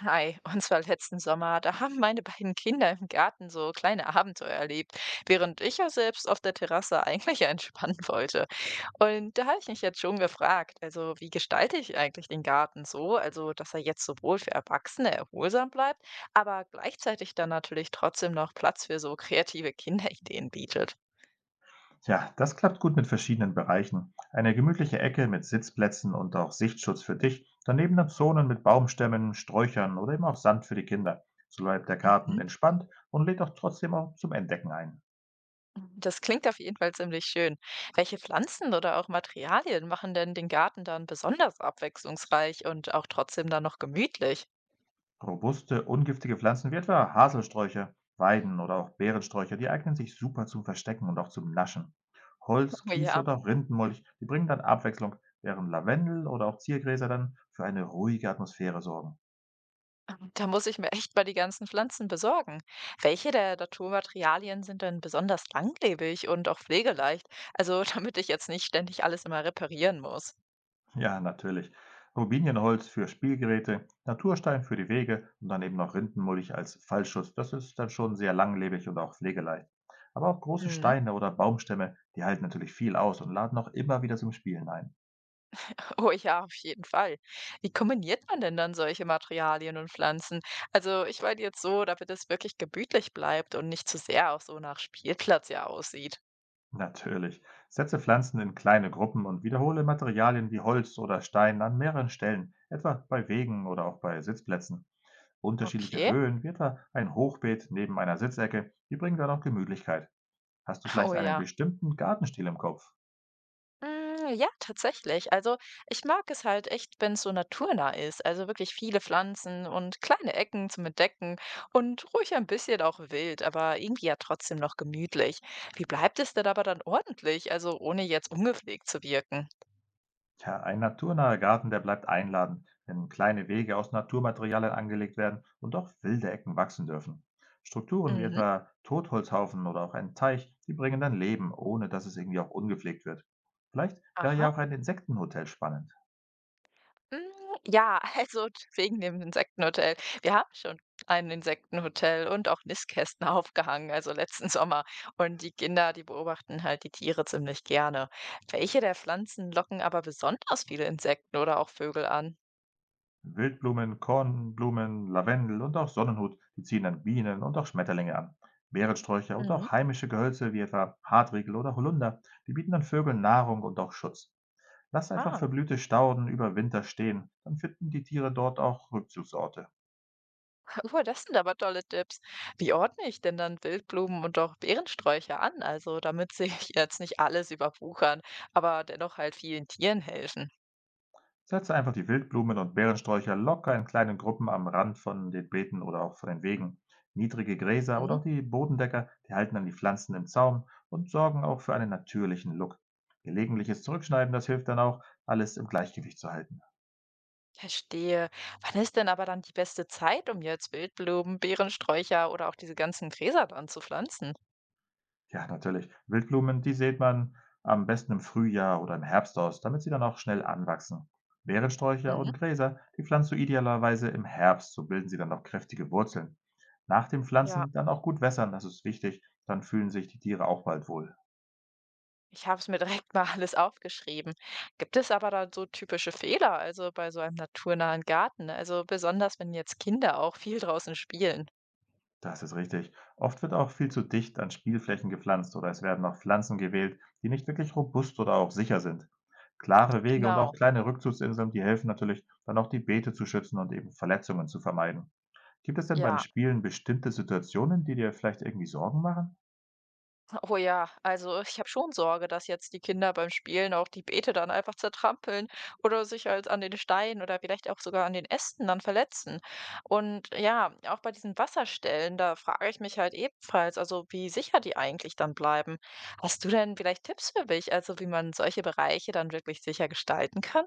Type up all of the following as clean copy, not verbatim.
Hi, und zwar letzten Sommer, da haben meine beiden Kinder im Garten so kleine Abenteuer erlebt, während ich ja selbst auf der Terrasse eigentlich ja entspannen wollte. Und da habe ich mich jetzt schon gefragt, also wie gestalte ich eigentlich den Garten so, also dass er jetzt sowohl für Erwachsene erholsam bleibt, aber gleichzeitig dann natürlich trotzdem noch Platz für so kreative Kinderideen bietet. Tja, das klappt gut mit verschiedenen Bereichen. Eine gemütliche Ecke mit Sitzplätzen und auch Sichtschutz für dich. Daneben dann Zonen mit Baumstämmen, Sträuchern oder eben auch Sand für die Kinder. So bleibt der Garten Mhm. entspannt und lädt auch trotzdem auch zum Entdecken ein. Das klingt auf jeden Fall ziemlich schön. Welche Pflanzen oder auch Materialien machen denn den Garten dann besonders abwechslungsreich und auch trotzdem dann noch gemütlich? Robuste, ungiftige Pflanzen wie etwa Haselsträucher, Weiden oder auch Beerensträucher, die eignen sich super zum Verstecken und auch zum Naschen. Holz, Oh Kies ja, oder auch Rindenmulch, die bringen dann Abwechslung, während Lavendel oder auch Ziergräser dann für eine ruhige Atmosphäre sorgen. da muss ich mir echt mal die ganzen Pflanzen besorgen. Welche der Naturmaterialien sind denn besonders langlebig und auch pflegeleicht? Also damit ich jetzt nicht ständig alles immer reparieren muss. Ja, natürlich. Rubinienholz für Spielgeräte, Naturstein für die Wege und daneben noch Rindenmulch als Fallschutz. Das ist dann schon sehr langlebig und auch pflegeleicht. Aber auch große Mhm. Steine oder Baumstämme, die halten natürlich viel aus und laden auch immer wieder zum Spielen ein. Oh ja, auf jeden Fall. Wie kombiniert man denn dann solche Materialien und Pflanzen? Also ich meine jetzt so, damit es wirklich gemütlich bleibt und nicht zu sehr auch so nach Spielplatz ja aussieht. Natürlich. Setze Pflanzen in kleine Gruppen und wiederhole Materialien wie Holz oder Stein an mehreren Stellen, etwa bei Wegen oder auch bei Sitzplätzen. Unterschiedliche Okay. Höhen wird da ein Hochbeet neben einer Sitzecke, die bringen dann auch Gemütlichkeit. Hast du vielleicht Oh einen ja. bestimmten Gartenstil im Kopf? Mm. Ja, tatsächlich. Also ich mag es halt echt, wenn es so naturnah ist. Also wirklich viele Pflanzen und kleine Ecken zum Entdecken und ruhig ein bisschen auch wild, aber irgendwie ja trotzdem noch gemütlich. Wie bleibt es denn aber dann ordentlich? Also ohne jetzt ungepflegt zu wirken. Tja, ein naturnaher Garten, der bleibt einladend, wenn kleine Wege aus Naturmaterialien angelegt werden und auch wilde Ecken wachsen dürfen. Strukturen wie Mhm. etwa Totholzhaufen oder auch ein Teich, die bringen dann Leben, ohne dass es irgendwie auch ungepflegt wird. Vielleicht wäre ja Aha. auch ein Insektenhotel spannend. Hm, ja, also wegen dem Insektenhotel. Wir haben schon ein Insektenhotel und auch Nistkästen aufgehangen, also letzten Sommer. Und die Kinder, die beobachten halt die Tiere ziemlich gerne. Welche der Pflanzen locken aber besonders viele Insekten oder auch Vögel an? Wildblumen, Kornblumen, Lavendel und auch Sonnenhut, die ziehen dann Bienen und auch Schmetterlinge an. Beerensträucher und Mhm. auch heimische Gehölze wie etwa Hartriegel oder Holunder, die bieten dann Vögeln Nahrung und auch Schutz. Lass einfach Ah, verblühte Stauden über Winter stehen, dann finden die Tiere dort auch Rückzugsorte. oh, das sind aber tolle Tipps. Wie ordne ich denn dann Wildblumen und auch Beerensträucher an? Also, damit sie jetzt nicht alles überwuchern, aber dennoch halt vielen Tieren helfen. Setze einfach die Wildblumen und Beerensträucher locker in kleinen Gruppen am Rand von den Beeten oder auch von den Wegen. Niedrige Gräser oder auch die Bodendecker, die halten dann die Pflanzen im Zaum und sorgen auch für einen natürlichen Look. Gelegentliches Zurückschneiden, das hilft dann auch, alles im Gleichgewicht zu halten. Verstehe. Wann ist denn aber dann die beste Zeit, um jetzt Wildblumen, Beerensträucher oder auch diese ganzen Gräser dann zu pflanzen? Ja, natürlich. Wildblumen, die sät man am besten im Frühjahr oder im Herbst aus, damit sie dann auch schnell anwachsen. Beerensträucher Mhm. und Gräser, die pflanzt du idealerweise im Herbst, so bilden sie dann auch kräftige Wurzeln. Nach dem Ja, Pflanzen dann auch gut wässern, das ist wichtig, dann fühlen sich die Tiere auch bald wohl. ich habe es mir direkt mal alles aufgeschrieben. Gibt es aber da so typische Fehler, also bei so einem naturnahen Garten? Also besonders, wenn jetzt Kinder auch viel draußen spielen. Das ist richtig. Oft wird auch viel zu dicht an Spielflächen gepflanzt oder es werden auch Pflanzen gewählt, die nicht wirklich robust oder auch sicher sind. Klare Wege und auch Genau. kleine Rückzugsinseln, die helfen natürlich, dann auch die Beete zu schützen und eben Verletzungen zu vermeiden. Gibt es denn beim Ja. Spielen bestimmte Situationen, die dir vielleicht irgendwie Sorgen machen? Oh ja, also ich habe schon Sorge, dass jetzt die Kinder beim Spielen auch die Beete dann einfach zertrampeln oder sich halt an den Steinen oder vielleicht auch sogar an den Ästen dann verletzen. Und ja, auch bei diesen Wasserstellen, da frage ich mich halt ebenfalls, also wie sicher die eigentlich dann bleiben. Hast du denn vielleicht Tipps für mich, also wie man solche Bereiche dann wirklich sicher gestalten kann?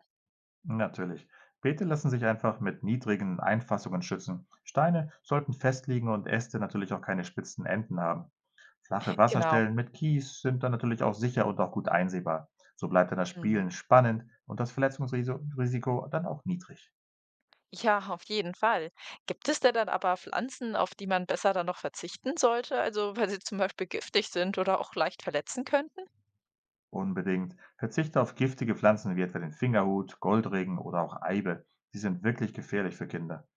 Natürlich. Beete lassen sich einfach mit niedrigen Einfassungen schützen. Steine sollten festliegen und Äste natürlich auch keine spitzen Enden haben. Flache Genau. Wasserstellen mit Kies sind dann natürlich auch sicher und auch gut einsehbar. So bleibt dann das Mhm. Spielen spannend und das Verletzungsrisiko dann auch niedrig. Ja, auf jeden Fall. Gibt es denn dann aber Pflanzen, auf die man besser dann noch verzichten sollte? Also weil sie zum Beispiel giftig sind oder auch leicht verletzen können? Unbedingt. Verzichte auf giftige Pflanzen wie etwa den Fingerhut, Goldregen oder auch Eibe. Sie sind wirklich gefährlich für Kinder.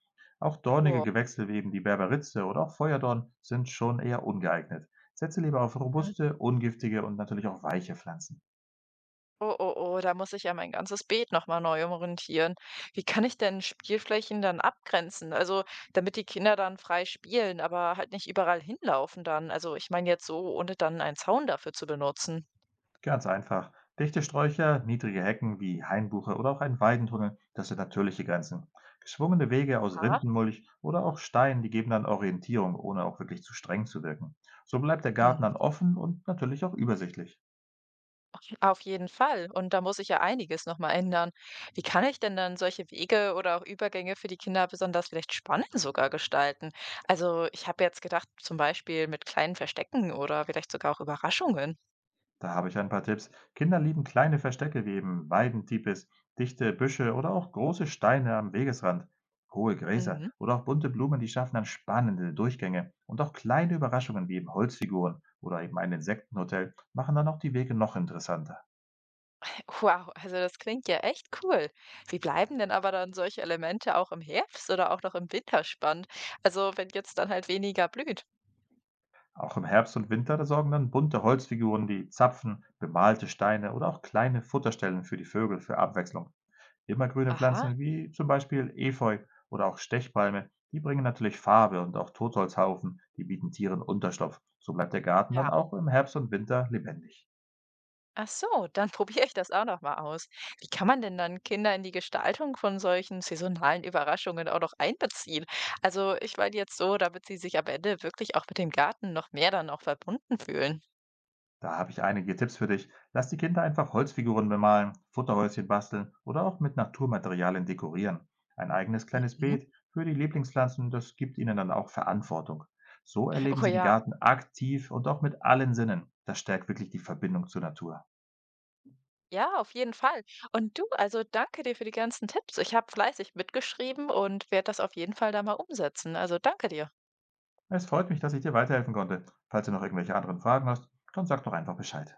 Auch dornige Oh. Gewächse wie eben die Berberitze oder auch Feuerdorn sind schon eher ungeeignet. Setze lieber auf robuste, ungiftige und natürlich auch weiche Pflanzen. Oh, oh, oh, da muss ich ja mein ganzes Beet noch mal neu umrentieren. Wie kann ich denn Spielflächen dann abgrenzen? Also, damit die Kinder dann frei spielen, aber halt nicht überall hinlaufen dann. Also, ich meine jetzt so, ohne dann einen Zaun dafür zu benutzen. Ganz einfach. Dichte Sträucher, niedrige Hecken wie Hainbuche oder auch ein Weidentunnel, das sind natürliche Grenzen. Geschwungene Wege aus Oha. Rindenmulch oder auch Stein, die geben dann Orientierung, ohne auch wirklich zu streng zu wirken. So bleibt der Garten Mhm. dann offen und natürlich auch übersichtlich. Auf jeden Fall. Und da muss ich ja einiges noch mal ändern. Wie kann ich denn dann solche Wege oder auch Übergänge für die Kinder besonders vielleicht spannend sogar gestalten? Also, ich habe jetzt gedacht, zum Beispiel mit kleinen Verstecken oder vielleicht sogar auch Überraschungen. Da habe ich ein paar Tipps. Kinder lieben kleine Verstecke wie eben Weidentipis, dichte Büsche oder auch große Steine am Wegesrand. Hohe Gräser Mhm. oder auch bunte Blumen, die schaffen dann spannende Durchgänge. Und auch kleine Überraschungen wie eben Holzfiguren oder eben ein Insektenhotel machen dann auch die Wege noch interessanter. Wow, also das klingt ja echt cool. Wie bleiben denn aber dann solche Elemente auch im Herbst oder auch noch im Winter spannend? Also wenn jetzt dann halt weniger blüht. Auch im Herbst und Winter, da sorgen dann bunte Holzfiguren wie Zapfen, bemalte Steine oder auch kleine Futterstellen für die Vögel für Abwechslung. Immergrüne Aha, Pflanzen wie zum Beispiel Efeu oder auch Stechpalme, die bringen natürlich Farbe und auch Totholzhaufen, die bieten Tieren Unterschlupf. So bleibt der Garten dann ja. auch im Herbst und Winter lebendig. Ach so, dann probiere ich das auch noch mal aus. Wie kann man denn dann Kinder in die Gestaltung von solchen saisonalen Überraschungen auch noch einbeziehen? Also ich meine jetzt so, damit sie sich am Ende wirklich auch mit dem Garten noch mehr dann auch verbunden fühlen. Da habe ich einige Tipps für dich. Lass die Kinder einfach Holzfiguren bemalen, Futterhäuschen basteln oder auch mit Naturmaterialien dekorieren. Ein eigenes kleines Mhm. Beet für die Lieblingspflanzen, das gibt ihnen dann auch Verantwortung. So erleben Oh sie den ja. Garten aktiv und auch mit allen Sinnen. Das stärkt wirklich die Verbindung zur Natur. Ja, auf jeden Fall. Und du, also danke dir für die ganzen Tipps. Ich habe fleißig mitgeschrieben und werde das auf jeden Fall da mal umsetzen. Also danke dir. Es freut mich, dass ich dir weiterhelfen konnte. Falls du noch irgendwelche anderen Fragen hast, dann sag doch einfach Bescheid.